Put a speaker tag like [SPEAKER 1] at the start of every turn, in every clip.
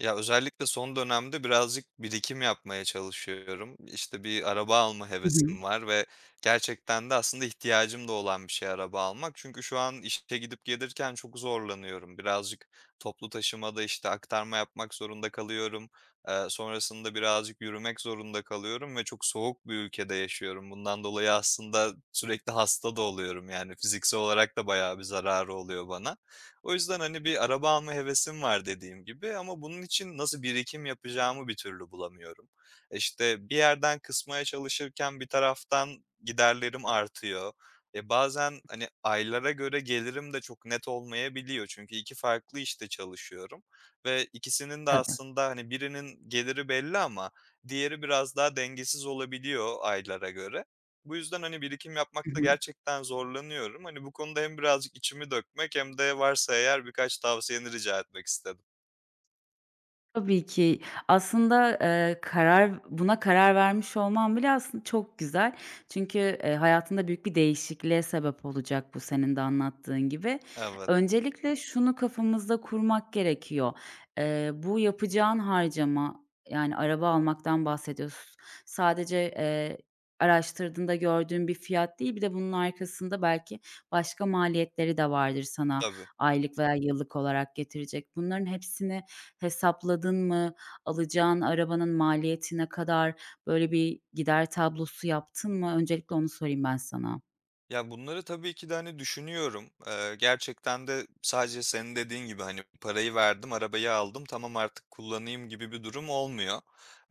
[SPEAKER 1] Ya, özellikle son dönemde birazcık birikim yapmaya çalışıyorum. İşte, bir araba alma
[SPEAKER 2] Hı hı.
[SPEAKER 1] hevesim var ve gerçekten de aslında ihtiyacım da olan bir şey araba almak. Çünkü şu an işe gidip gelirken çok zorlanıyorum. Birazcık toplu taşımada, işte, aktarma yapmak zorunda kalıyorum. Sonrasında birazcık yürümek zorunda kalıyorum ve çok soğuk bir ülkede yaşıyorum. Bundan dolayı aslında sürekli hasta da oluyorum, yani, fiziksel olarak da bayağı bir zararı oluyor bana. O yüzden, hani, bir araba alma hevesim var dediğim gibi ama bunun için nasıl birikim yapacağımı bir türlü bulamıyorum. İşte, bir yerden kısmaya çalışırken bir taraftan giderlerim artıyor. E, bazen, hani, aylara göre gelirim de çok net olmayabiliyor. Çünkü 2 farklı işte çalışıyorum ve ikisinin de
[SPEAKER 2] Tabii.
[SPEAKER 1] aslında, hani, birinin geliri belli ama diğeri biraz daha dengesiz olabiliyor aylara göre. Bu yüzden, hani, birikim
[SPEAKER 2] Hı
[SPEAKER 1] yapmakta
[SPEAKER 2] hı.
[SPEAKER 1] gerçekten zorlanıyorum. Hani, bu konuda hem birazcık içimi dökmek hem de varsa eğer birkaç tavsiyeni rica etmek istedim.
[SPEAKER 2] Tabii ki. Aslında, karar buna karar vermiş olman bile aslında çok güzel. Çünkü, hayatında büyük bir değişikliğe sebep olacak bu senin de anlattığın gibi.
[SPEAKER 1] Evet,
[SPEAKER 2] Öncelikle şunu kafamızda kurmak gerekiyor. Bu yapacağın harcama, yani araba almaktan bahsediyoruz. Sadece, araştırdığında gördüğün bir fiyat değil, bir de bunun arkasında belki başka maliyetleri de vardır sana
[SPEAKER 1] tabii.
[SPEAKER 2] aylık veya yıllık olarak getirecek. Bunların hepsini hesapladın mı? Alacağın arabanın maliyeti ne kadar? Böyle bir gider tablosu yaptın mı? Öncelikle onu sorayım ben sana.
[SPEAKER 1] Ya, bunları tabii ki de, hani, düşünüyorum. Gerçekten de sadece senin dediğin gibi, hani, parayı verdim, arabayı aldım, tamam artık kullanayım gibi bir durum olmuyor.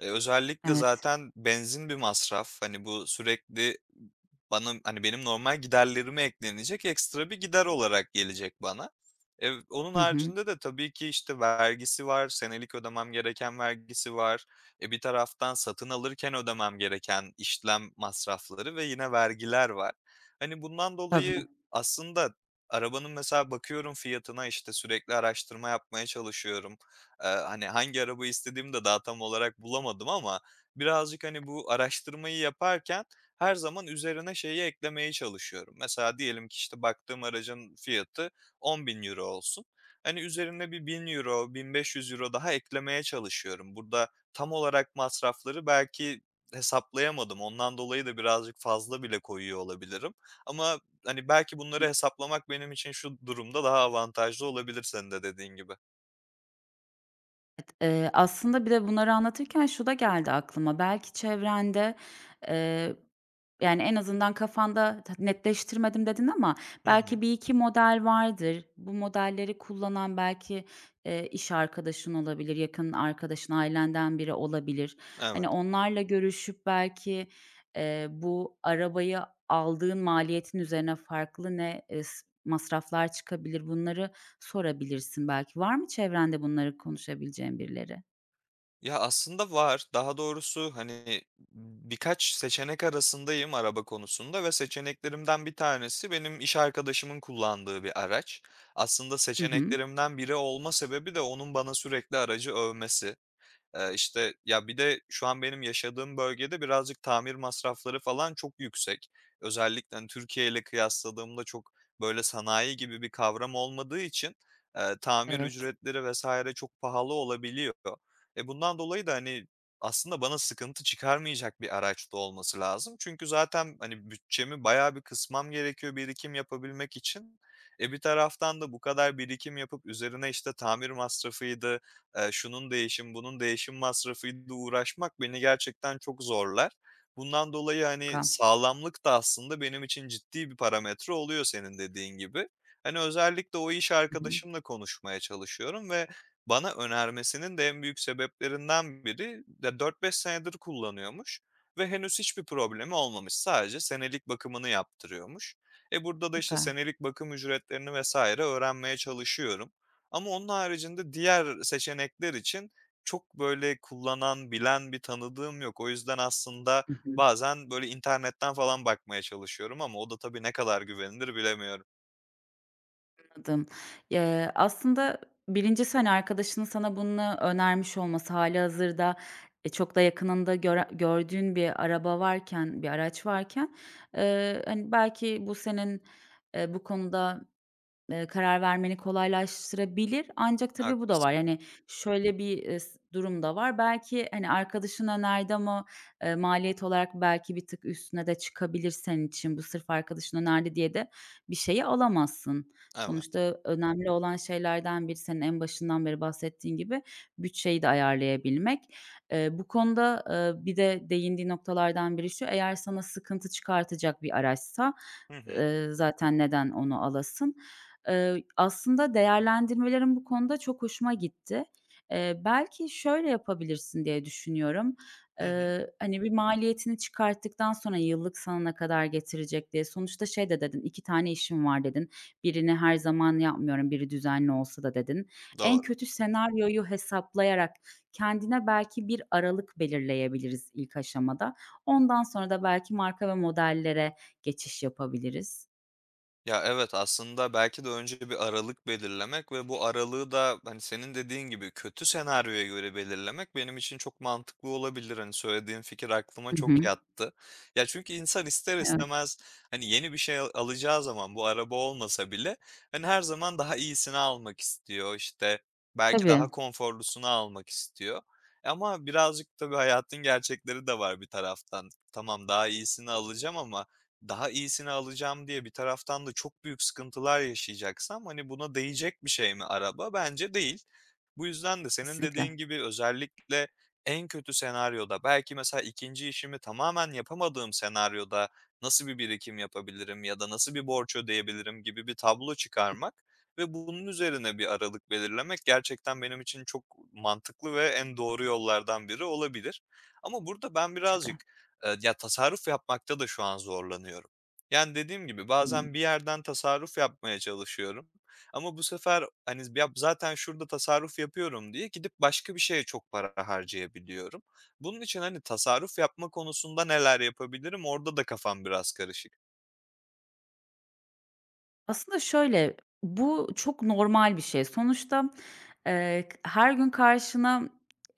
[SPEAKER 1] Özellikle
[SPEAKER 2] Evet.
[SPEAKER 1] zaten benzin bir masraf. Hani, bu sürekli bana, hani, benim normal giderlerime eklenecek ekstra bir gider olarak gelecek bana. Onun
[SPEAKER 2] Hı hı.
[SPEAKER 1] haricinde de tabii ki, işte, vergisi var, senelik ödemem gereken vergisi var. E, bir taraftan satın alırken ödemem gereken işlem masrafları ve yine vergiler var. Hani, bundan
[SPEAKER 2] Tabii.
[SPEAKER 1] dolayı aslında arabanın mesela bakıyorum fiyatına, işte, sürekli araştırma yapmaya çalışıyorum. Hani, hangi araba istediğimi de daha tam olarak bulamadım ama birazcık, hani, bu araştırmayı yaparken her zaman üzerine şeyi eklemeye çalışıyorum. Mesela diyelim ki, işte, baktığım aracın fiyatı 10.000 euro olsun. Hani, üzerine bir €1.000, euro daha eklemeye çalışıyorum. Burada tam olarak masrafları belki hesaplayamadım. Ondan dolayı da birazcık fazla bile koyuyor olabilirim. Ama, hani, belki bunları hesaplamak benim için şu durumda daha avantajlı olabilir senin de dediğin gibi.
[SPEAKER 2] Evet, aslında bir de bunları anlatırken şu da geldi aklıma. Belki çevrende, eee, yani, en azından kafanda ta netleştirmedim dedin ama
[SPEAKER 1] Hı hı.
[SPEAKER 2] belki bir iki model vardır. Bu modelleri kullanan belki, iş arkadaşın olabilir, yakın arkadaşın, ailenden biri olabilir.
[SPEAKER 1] Evet.
[SPEAKER 2] Hani, onlarla görüşüp belki, bu arabayı aldığın maliyetin üzerine farklı ne, s masraflar çıkabilir bunları sorabilirsin belki. Var mı çevrende bunları konuşabileceğin birileri?
[SPEAKER 1] Ya, aslında var. Daha doğrusu, hani, birkaç seçenek arasındayım araba konusunda ve seçeneklerimden bir tanesi benim iş arkadaşımın kullandığı bir araç. Aslında
[SPEAKER 2] Hı hı.
[SPEAKER 1] seçeneklerimden biri olma sebebi de onun bana sürekli aracı övmesi. İşte, ya, bir de şu an benim yaşadığım bölgede birazcık tamir masrafları falan çok yüksek. Özellikle, hani, Türkiye ile kıyasladığımda çok, böyle, sanayi gibi bir kavram olmadığı için, tamir
[SPEAKER 2] Evet.
[SPEAKER 1] ücretleri vesaire çok pahalı olabiliyor. E, bundan dolayı da, hani, aslında bana sıkıntı çıkarmayacak bir araçta olması lazım. Çünkü zaten, hani, bütçemi bayağı bir kısmam gerekiyor birikim yapabilmek için. E, bir taraftan da bu kadar birikim yapıp üzerine, işte, tamir masrafıydı, şunun değişim, bunun değişim masrafıyla uğraşmak beni gerçekten çok zorlar. Bundan dolayı, hani,
[SPEAKER 2] Ka
[SPEAKER 1] sağlamlık da aslında benim için ciddi bir parametre oluyor senin dediğin gibi. Hani, özellikle o iş
[SPEAKER 2] Hı hı.
[SPEAKER 1] arkadaşımla konuşmaya çalışıyorum ve bana önermesinin de en büyük sebeplerinden biri de 4-5 senedir kullanıyormuş ve henüz hiçbir problemi olmamış. Sadece senelik bakımını yaptırıyormuş. E, burada da, işte,
[SPEAKER 2] Süper.
[SPEAKER 1] senelik bakım ücretlerini vesaire öğrenmeye çalışıyorum. Ama onun haricinde diğer seçenekler için çok böyle kullanan, bilen bir tanıdığım yok. O yüzden aslında
[SPEAKER 2] Hı hı.
[SPEAKER 1] bazen böyle internetten falan bakmaya çalışıyorum ama o da tabii ne kadar güvenilir bilemiyorum.
[SPEAKER 2] Anladım. Aslında 1'incisi, hani, arkadaşının sana bunu önermiş olması, hâlihazırda, çok da yakınında göre gördüğün bir araba varken, bir araç varken, hani, belki bu senin, bu konuda karar vermeni kolaylaştırabilir ancak tabii bu da var.
[SPEAKER 1] Haklısın.
[SPEAKER 2] Yani, şöyle bir, s durum da var. Belki, hani, arkadaşın önerdi ama, maliyet olarak belki bir tık üstüne de çıkabilir senin için. Bu sırf arkadaşın önerdi diye de bir şeyi alamazsın.
[SPEAKER 1] Evet.
[SPEAKER 2] Sonuçta önemli olan şeylerden biri senin en başından beri bahsettiğin gibi bütçeyi de ayarlayabilmek. Bu konuda, bir de değindiği noktalardan biri şu, eğer sana sıkıntı çıkartacak bir araçsa
[SPEAKER 1] Hı hı.
[SPEAKER 2] Zaten neden onu alasın? Aslında değerlendirmelerin bu konuda çok hoşuma gitti. Belki şöyle yapabilirsin diye düşünüyorum.
[SPEAKER 1] Hı hı.
[SPEAKER 2] Hani, bir maliyetini çıkarttıktan sonra yıllık sana ne kadar getirecek diye. Sonuçta şey de dedin, 2 tane işim var." dedin. "Birini her zaman yapmıyorum, biri düzenli olsa da." dedin. En
[SPEAKER 1] Doğru.
[SPEAKER 2] kötü senaryoyu hesaplayarak kendine belki bir aralık belirleyebiliriz ilk aşamada. Ondan sonra da belki marka ve modellere geçiş yapabiliriz.
[SPEAKER 1] Ya, evet, aslında belki de önce bir aralık belirlemek ve bu aralığı da, hani, senin dediğin gibi kötü senaryoya göre belirlemek benim için çok mantıklı olabilir. Hani, söylediğin fikir aklıma
[SPEAKER 2] Hı
[SPEAKER 1] çok
[SPEAKER 2] hı.
[SPEAKER 1] yattı. Ya, çünkü insan ister
[SPEAKER 2] Evet,
[SPEAKER 1] istemez, hani, yeni bir şey alacağı zaman bu araba olmasa bile, hani, her zaman daha iyisini almak istiyor, işte, belki
[SPEAKER 2] tabii.
[SPEAKER 1] daha konforlusunu almak istiyor. Ama birazcık tabii hayatın gerçekleri de var bir taraftan. Tamam, daha iyisini alacağım ama daha iyisini alacağım diye bir taraftan da çok büyük sıkıntılar yaşayacaksam, hani, buna değecek bir şey mi araba? Bence değil. Bu yüzden de senin
[SPEAKER 2] Kesinlikle.
[SPEAKER 1] dediğin gibi özellikle en kötü senaryoda, belki mesela ikinci işimi tamamen yapamadığım senaryoda nasıl bir birikim yapabilirim ya da nasıl bir borç ödeyebilirim gibi bir tablo çıkarmak ve bunun üzerine bir aralık belirlemek gerçekten benim için çok mantıklı ve en doğru yollardan biri olabilir. Ama burada ben
[SPEAKER 2] Bence
[SPEAKER 1] birazcık...
[SPEAKER 2] de.
[SPEAKER 1] Ya, tasarruf yapmakta da şu an zorlanıyorum. Yani, dediğim gibi
[SPEAKER 2] Hıı.
[SPEAKER 1] bazen bir yerden tasarruf yapmaya çalışıyorum ama bu sefer, hani, zaten şurada tasarruf yapıyorum diye gidip başka bir şeye çok para harcayabiliyorum. Bunun için, hani, tasarruf yapma konusunda neler yapabilirim? Orada da kafam biraz karışık.
[SPEAKER 2] Aslında şöyle, bu çok normal bir şey. Sonuçta, k her gün karşına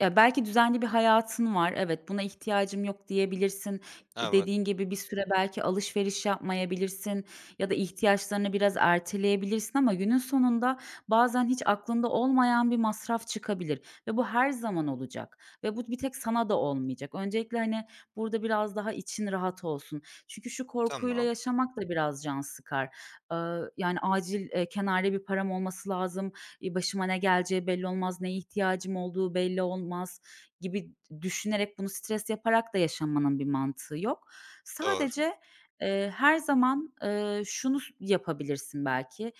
[SPEAKER 2] ya, belki düzenli bir hayatın var. Evet, buna ihtiyacım yok diyebilirsin.
[SPEAKER 1] Evet,
[SPEAKER 2] Dediğin gibi bir süre belki alışveriş yapmayabilirsin ya da ihtiyaçlarını biraz erteleyebilirsin ama günün sonunda bazen hiç aklında olmayan bir masraf çıkabilir ve bu her zaman olacak ve bu bir tek sana da olmayacak. Öncelikle, hani, burada biraz daha için rahat olsun. Çünkü şu korkuyla
[SPEAKER 1] tamam.
[SPEAKER 2] yaşamak da biraz can sıkar. Yani acil, kenarda bir param olması lazım, başıma ne geleceği belli olmaz, neye ihtiyacım olduğu belli olmaz gibi düşünerek bunu stres yaparak da yaşamanın bir mantığı yok.
[SPEAKER 1] Doğru.
[SPEAKER 2] Sadece, her zaman, şunu yapabilirsin belki,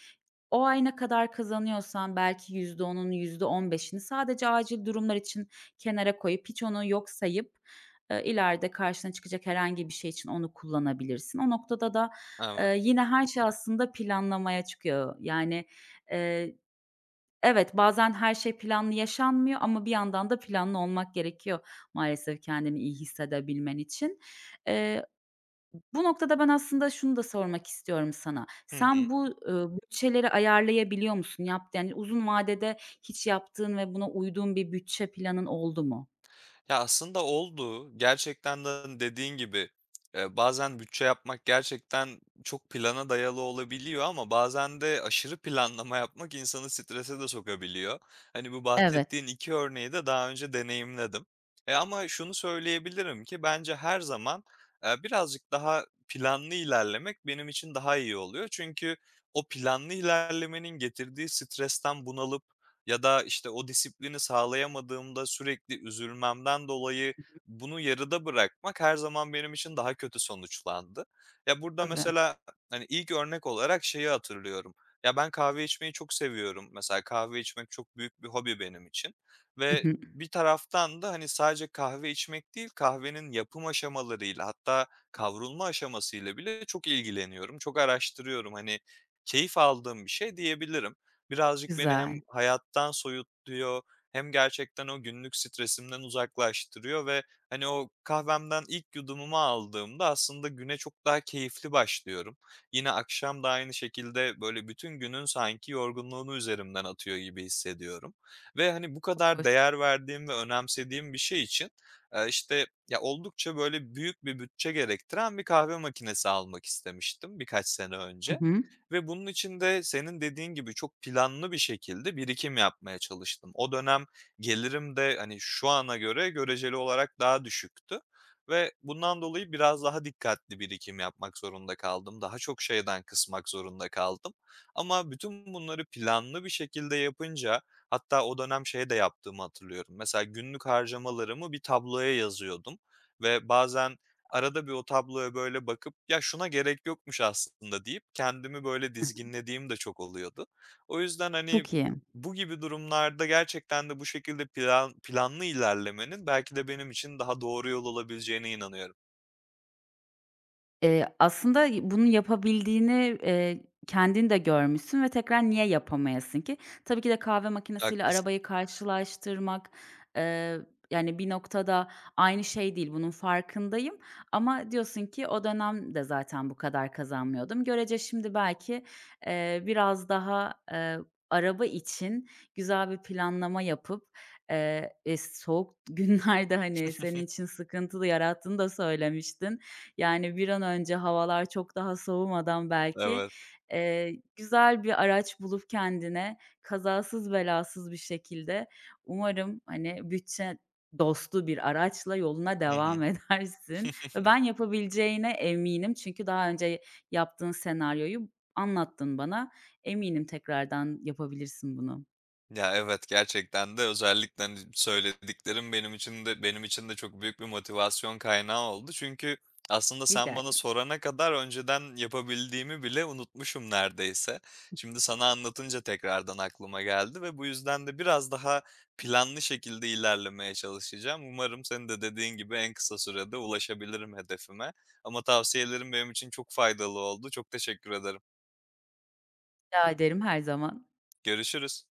[SPEAKER 2] o ay ne kadar kazanıyorsan belki %10'unu, yüzde on beşini sadece acil durumlar için kenara koyup, hiç onu yok sayıp, ileride karşına çıkacak herhangi bir şey için onu kullanabilirsin. O noktada da,
[SPEAKER 1] Evet.
[SPEAKER 2] yine her şey aslında planlamaya çıkıyor. Yani, eee, evet, bazen her şey planlı yaşanmıyor ama bir yandan da planlı olmak gerekiyor maalesef kendini iyi hissedebilmen için. Eee, Bu noktada ben aslında şunu da sormak istiyorum sana.
[SPEAKER 1] Hı hı.
[SPEAKER 2] Sen bu, bütçeleri ayarlayabiliyor musun? Yani uzun vadede hiç yaptığın ve buna uyduğun bir bütçe planın oldu mu?
[SPEAKER 1] Ya, aslında oldu. Gerçekten de, hani, dediğin gibi, bazen bütçe yapmak gerçekten çok plana dayalı olabiliyor ama bazen de aşırı planlama yapmak insanı strese de sokabiliyor. Hani, bu
[SPEAKER 2] Evet,
[SPEAKER 1] bahsettiğin 2 örneği de daha önce deneyimledim. E, ama şunu söyleyebilirim ki bence her zaman, birazcık daha planlı ilerlemek benim için daha iyi oluyor. Çünkü o planlı ilerlemenin getirdiği stresten bunalıp ya da, işte, o disiplini sağlayamadığımda sürekli üzülmemden dolayı bunu yarıda bırakmak her zaman benim için daha kötü sonuçlandı. Ya, burada
[SPEAKER 2] tabii.
[SPEAKER 1] mesela, hani, ilk örnek olarak şeyi hatırlıyorum. Ya, ben kahve içmeyi çok seviyorum. Mesela kahve içmek çok büyük bir hobi benim için
[SPEAKER 2] Hı
[SPEAKER 1] ve
[SPEAKER 2] hı.
[SPEAKER 1] bir taraftan da, hani, sadece kahve içmek değil, kahvenin yapım aşamalarıyla hatta kavrulma aşamasıyla bile çok ilgileniyorum, çok araştırıyorum. Hani, keyif aldığım bir şey diyebilirim. Birazcık beni hem
[SPEAKER 2] Güzel.
[SPEAKER 1] hayattan soyutluyor hem gerçekten o günlük stresimden uzaklaştırıyor ve, hani, o kahvemden ilk yudumumu aldığımda aslında güne çok daha keyifli başlıyorum. Yine akşam da aynı şekilde, böyle, bütün günün sanki yorgunluğunu üzerimden atıyor gibi hissediyorum ve, hani, bu
[SPEAKER 2] Çok
[SPEAKER 1] kadar
[SPEAKER 2] hoş.
[SPEAKER 1] değer verdiğim ve önemsediğim bir şey için, işte, ya, oldukça, böyle, büyük bir bütçe gerektiren bir kahve makinesi almak istemiştim birkaç sene
[SPEAKER 2] Hı
[SPEAKER 1] önce.
[SPEAKER 2] hı.
[SPEAKER 1] Ve bunun için de senin dediğin gibi çok planlı bir şekilde birikim yapmaya çalıştım. O dönem gelirim de hani şu ana göre göreceli olarak daha düşüktü ve bundan dolayı biraz daha dikkatli birikim yapmak zorunda kaldım. Daha çok şeyden kısmak zorunda kaldım. Ama bütün bunları planlı bir şekilde yapınca hatta o dönem şey de yaptığımı hatırlıyorum. Mesela günlük harcamalarımı bir tabloya yazıyordum ve bazen arada bir o tabloya böyle bakıp, "Ya, şuna gerek yokmuş aslında." deyip kendimi böyle
[SPEAKER 2] Hıh.
[SPEAKER 1] dizginlediğim de çok oluyordu. O yüzden, hani,
[SPEAKER 2] Çok iyi.
[SPEAKER 1] bu gibi durumlarda gerçekten de bu şekilde planlı ilerlemenin belki de benim için daha doğru yol olabileceğine inanıyorum.
[SPEAKER 2] Aslında bunu yapabildiğini, kendin de görmüşsün ve tekrar niye yapamayasın ki? Tabii ki de kahve makinesiyle
[SPEAKER 1] Haklısın.
[SPEAKER 2] arabayı karşılaştırmak, eee, yani, bir noktada aynı şey değil, bunun farkındayım ama diyorsun ki o dönem de zaten bu kadar kazanmıyordum. Görece şimdi belki, biraz daha, araba için güzel bir planlama yapıp, soğuk günlerde, hani, senin için sıkıntılı yarattığını da söylemiştin. Yani, bir an önce havalar çok daha soğumadan belki,
[SPEAKER 1] Evet.
[SPEAKER 2] güzel bir araç bulup kendine kazasız belasız bir şekilde umarım, hani, bütçe dostu bir araçla yoluna
[SPEAKER 1] Hı hı.
[SPEAKER 2] devam edersin ve ben yapabileceğine eminim. Çünkü daha önce yaptığın senaryoyu anlattın bana. Eminim tekrardan yapabilirsin bunu.
[SPEAKER 1] Ya, evet, gerçekten de özellikle, hani, söylediklerin benim için de çok büyük bir motivasyon kaynağı oldu. Çünkü aslında
[SPEAKER 2] Rica
[SPEAKER 1] sen bana
[SPEAKER 2] ederim.
[SPEAKER 1] sorana kadar önceden yapabildiğimi bile unutmuşum neredeyse. Şimdi sana anlatınca tekrardan aklıma geldi ve bu yüzden de biraz daha planlı şekilde ilerlemeye çalışacağım. Umarım senin de dediğin gibi en kısa sürede ulaşabilirim hedefime ama tavsiyelerin benim için çok faydalı oldu. Çok teşekkür ederim.
[SPEAKER 2] Rica ederim, her zaman.
[SPEAKER 1] Görüşürüz.